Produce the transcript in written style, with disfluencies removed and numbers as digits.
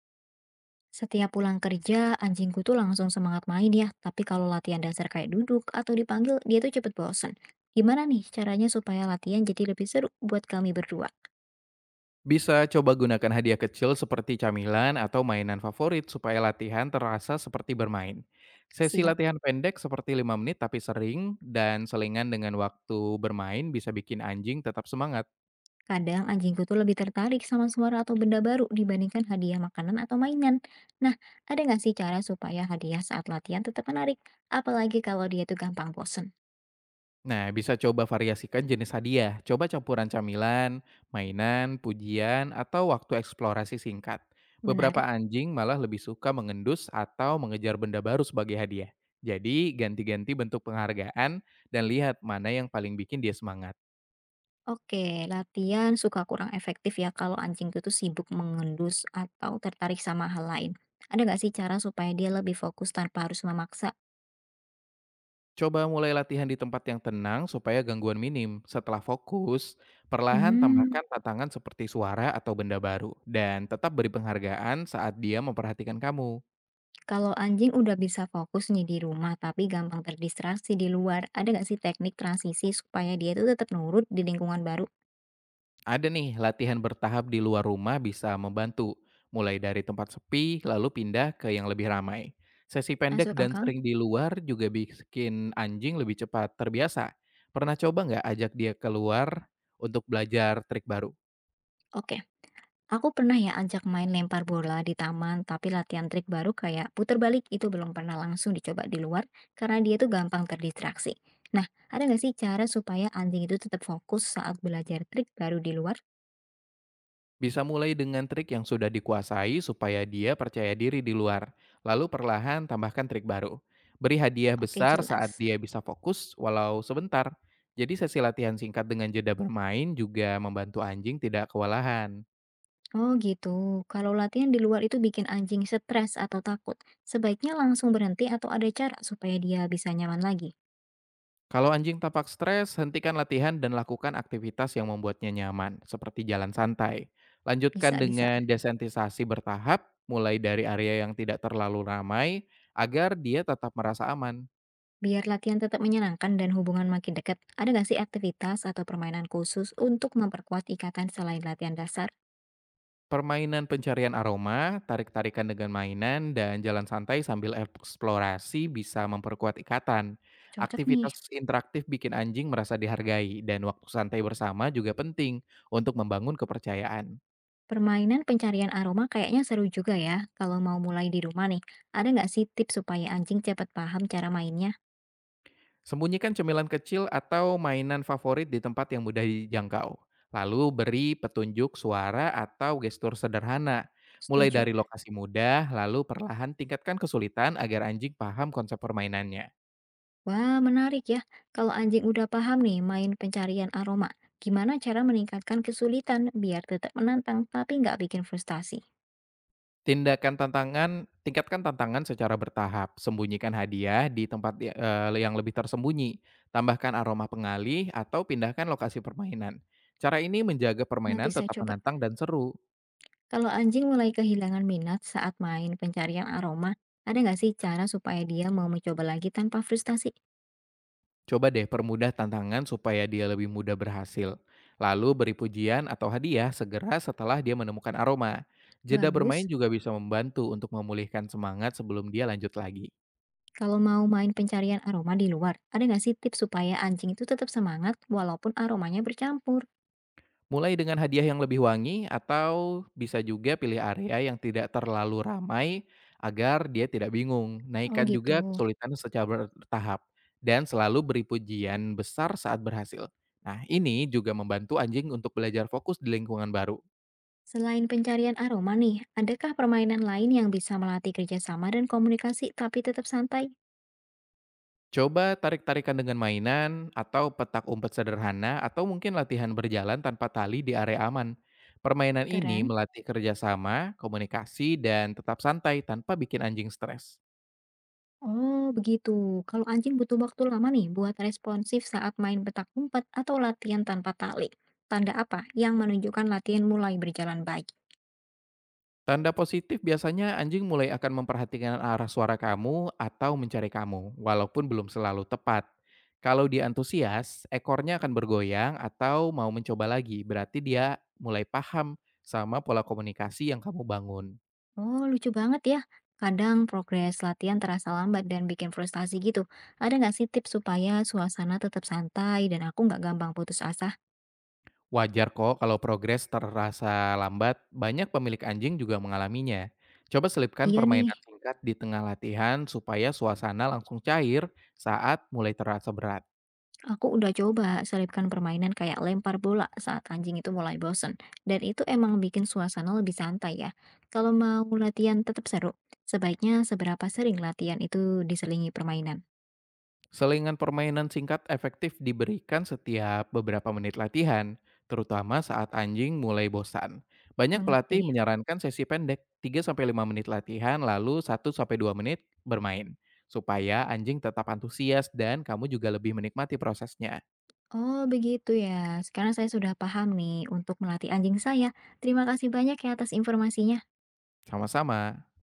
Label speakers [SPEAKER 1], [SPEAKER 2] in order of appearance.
[SPEAKER 1] Setiap pulang kerja, anjingku tuh langsung semangat main ya, tapi kalau latihan dasar kayak duduk atau dipanggil, dia tuh cepet bosen. Gimana nih caranya supaya latihan jadi lebih seru buat kami berdua?
[SPEAKER 2] Bisa coba gunakan hadiah kecil seperti camilan atau mainan favorit supaya latihan terasa seperti bermain. Sesi
[SPEAKER 1] Siap.
[SPEAKER 2] latihan pendek seperti 5 menit tapi sering dan selingan dengan waktu bermain bisa bikin anjing tetap semangat.
[SPEAKER 1] Kadang anjingku tuh lebih tertarik sama suara atau benda baru dibandingkan hadiah makanan atau mainan. Nah, ada nggak sih cara supaya hadiah saat latihan tetap menarik? Apalagi kalau dia tuh gampang bosen.
[SPEAKER 2] Nah, bisa coba variasikan jenis hadiah. Coba campuran camilan, mainan, pujian, atau waktu eksplorasi singkat. Beberapa
[SPEAKER 1] Menarik.
[SPEAKER 2] anjing malah lebih suka mengendus atau mengejar benda baru sebagai hadiah. Jadi, ganti-ganti bentuk penghargaan dan lihat mana yang paling bikin dia semangat.
[SPEAKER 1] Oke, latihan suka kurang efektif ya kalau anjing itu sibuk mengendus atau tertarik sama hal lain. Ada nggak sih cara supaya dia lebih fokus tanpa harus memaksa?
[SPEAKER 2] Coba mulai latihan di tempat yang tenang supaya gangguan minim. Setelah fokus, perlahan tambahkan
[SPEAKER 1] Hmm,
[SPEAKER 2] tantangan seperti suara atau benda baru. Dan tetap beri penghargaan saat dia memperhatikan kamu.
[SPEAKER 1] kalau anjing udah bisa fokus nih di rumah tapi gampang terdistraksi di luar, ada nggak sih teknik transisi supaya dia itu tetap nurut di lingkungan baru?
[SPEAKER 2] Ada nih, latihan bertahap di luar rumah bisa membantu. Mulai dari tempat sepi, lalu pindah ke yang lebih ramai. Sesi pendek
[SPEAKER 1] Masuk
[SPEAKER 2] dan
[SPEAKER 1] akal?
[SPEAKER 2] sering di luar juga bikin anjing lebih cepat terbiasa. Pernah coba nggak ajak dia keluar untuk belajar trik baru?
[SPEAKER 1] Oke. Aku pernah ya ajak main lempar bola di taman, tapi latihan trik baru kayak puter balik itu belum pernah langsung dicoba di luar karena dia tuh gampang terdistraksi. Nah, ada nggak sih cara supaya anjing itu tetap fokus saat belajar trik baru di luar?
[SPEAKER 2] Bisa mulai dengan trik yang sudah dikuasai supaya dia percaya diri di luar, lalu perlahan tambahkan trik baru. Beri hadiah
[SPEAKER 1] Oke,
[SPEAKER 2] besar saat
[SPEAKER 1] jelas.
[SPEAKER 2] dia bisa fokus, walau sebentar. Jadi sesi latihan singkat dengan jeda bermain juga membantu anjing tidak kewalahan.
[SPEAKER 1] Oh gitu, kalau latihan di luar itu bikin anjing stres atau takut, sebaiknya langsung berhenti atau ada cara supaya dia bisa nyaman lagi?
[SPEAKER 2] Kalau anjing tampak stres, hentikan latihan dan lakukan aktivitas yang membuatnya nyaman, seperti jalan santai. Lanjutkan
[SPEAKER 1] Bisa-bisa.
[SPEAKER 2] dengan desensitisasi bertahap, mulai dari area yang tidak terlalu ramai, agar dia tetap merasa aman.
[SPEAKER 1] Biar latihan tetap menyenangkan dan hubungan makin dekat, ada nggak sih aktivitas atau permainan khusus untuk memperkuat ikatan selain latihan dasar?
[SPEAKER 2] Permainan pencarian aroma, tarik-tarikan dengan mainan, dan jalan santai sambil eksplorasi bisa memperkuat ikatan.
[SPEAKER 1] Cocok nih.
[SPEAKER 2] Aktivitas interaktif bikin anjing merasa dihargai, dan waktu santai bersama juga penting untuk membangun kepercayaan.
[SPEAKER 1] Permainan pencarian aroma kayaknya seru juga ya kalau mau mulai di rumah nih. Ada nggak sih tips supaya anjing cepat paham cara mainnya?
[SPEAKER 2] Sembunyikan cemilan kecil atau mainan favorit di tempat yang mudah dijangkau. Lalu beri petunjuk suara atau gestur sederhana. Mulai
[SPEAKER 1] Setuju.
[SPEAKER 2] dari lokasi mudah, lalu perlahan tingkatkan kesulitan agar anjing paham konsep permainannya.
[SPEAKER 1] Wah, menarik ya. Kalau anjing udah paham nih main pencarian aroma, gimana cara meningkatkan kesulitan biar tetap menantang tapi nggak bikin frustasi?
[SPEAKER 2] Tindakan tantangan Tingkatkan tantangan secara bertahap, sembunyikan hadiah di tempat ya yang lebih tersembunyi, tambahkan aroma pengalih atau pindahkan lokasi permainan. Cara ini menjaga
[SPEAKER 1] Nanti
[SPEAKER 2] permainan
[SPEAKER 1] saya
[SPEAKER 2] tetap
[SPEAKER 1] coba.
[SPEAKER 2] menantang dan seru.
[SPEAKER 1] Kalau anjing mulai kehilangan minat saat main pencarian aroma, ada nggak sih cara supaya dia mau mencoba lagi tanpa frustasi?
[SPEAKER 2] Coba deh permudah tantangan supaya dia lebih mudah berhasil. Lalu beri pujian atau hadiah segera setelah dia menemukan aroma. Jeda bermain
[SPEAKER 1] Bagus.
[SPEAKER 2] juga bisa membantu untuk memulihkan semangat sebelum dia lanjut lagi.
[SPEAKER 1] Kalau mau main pencarian aroma di luar, ada nggak sih tips supaya anjing itu tetap semangat walaupun aromanya bercampur?
[SPEAKER 2] Mulai dengan hadiah yang lebih wangi atau bisa juga pilih area yang tidak terlalu ramai agar dia tidak bingung.
[SPEAKER 1] Oh
[SPEAKER 2] Naikkan
[SPEAKER 1] gitu.
[SPEAKER 2] juga kesulitan secara bertahap dan selalu beri pujian besar saat berhasil. Nah, ini juga membantu anjing untuk belajar fokus di lingkungan baru.
[SPEAKER 1] Selain pencarian aroma nih, adakah permainan lain yang bisa melatih kerjasama dan komunikasi tapi tetap santai?
[SPEAKER 2] Coba tarik-tarikan dengan mainan atau petak umpet sederhana atau mungkin latihan berjalan tanpa tali di area aman. Permainan ini
[SPEAKER 1] Keren.
[SPEAKER 2] melatih kerjasama, komunikasi, dan tetap santai tanpa bikin anjing stres.
[SPEAKER 1] Oh, begitu. Kalau anjing butuh waktu lama nih buat responsif saat main petak umpet atau latihan tanpa tali. Tanda apa yang menunjukkan latihan mulai berjalan baik?
[SPEAKER 2] Tanda positif biasanya anjing mulai akan memperhatikan arah suara kamu atau mencari kamu, walaupun belum selalu tepat. Kalau dia antusias, ekornya akan bergoyang atau mau mencoba lagi, berarti dia mulai paham sama pola komunikasi yang kamu bangun.
[SPEAKER 1] Oh, lucu banget ya. Kadang progres latihan terasa lambat dan bikin frustasi gitu. Ada nggak sih tips supaya suasana tetap santai dan aku nggak gampang putus asa?
[SPEAKER 2] Wajar kok kalau progres terasa lambat, banyak pemilik anjing juga mengalaminya. Coba selipkan
[SPEAKER 1] Iya nih.
[SPEAKER 2] permainan singkat di tengah latihan supaya suasana langsung cair saat mulai terasa berat.
[SPEAKER 1] Aku udah coba selipkan permainan kayak lempar bola saat anjing itu mulai bosen. Dan itu emang bikin suasana lebih santai ya. Kalau mau latihan tetap seru, sebaiknya seberapa sering latihan itu diselingi permainan.
[SPEAKER 2] Selingan permainan singkat efektif diberikan setiap beberapa menit latihan, terutama saat anjing mulai bosan. Banyak pelatih
[SPEAKER 1] Mengerti.
[SPEAKER 2] menyarankan sesi pendek 3 sampai 5 menit latihan lalu 1 sampai 2 menit bermain, supaya anjing tetap antusias dan kamu juga lebih menikmati prosesnya.
[SPEAKER 1] Oh begitu ya, sekarang saya sudah paham nih untuk melatih anjing saya. Terima kasih banyak ya atas informasinya.
[SPEAKER 2] Sama-sama.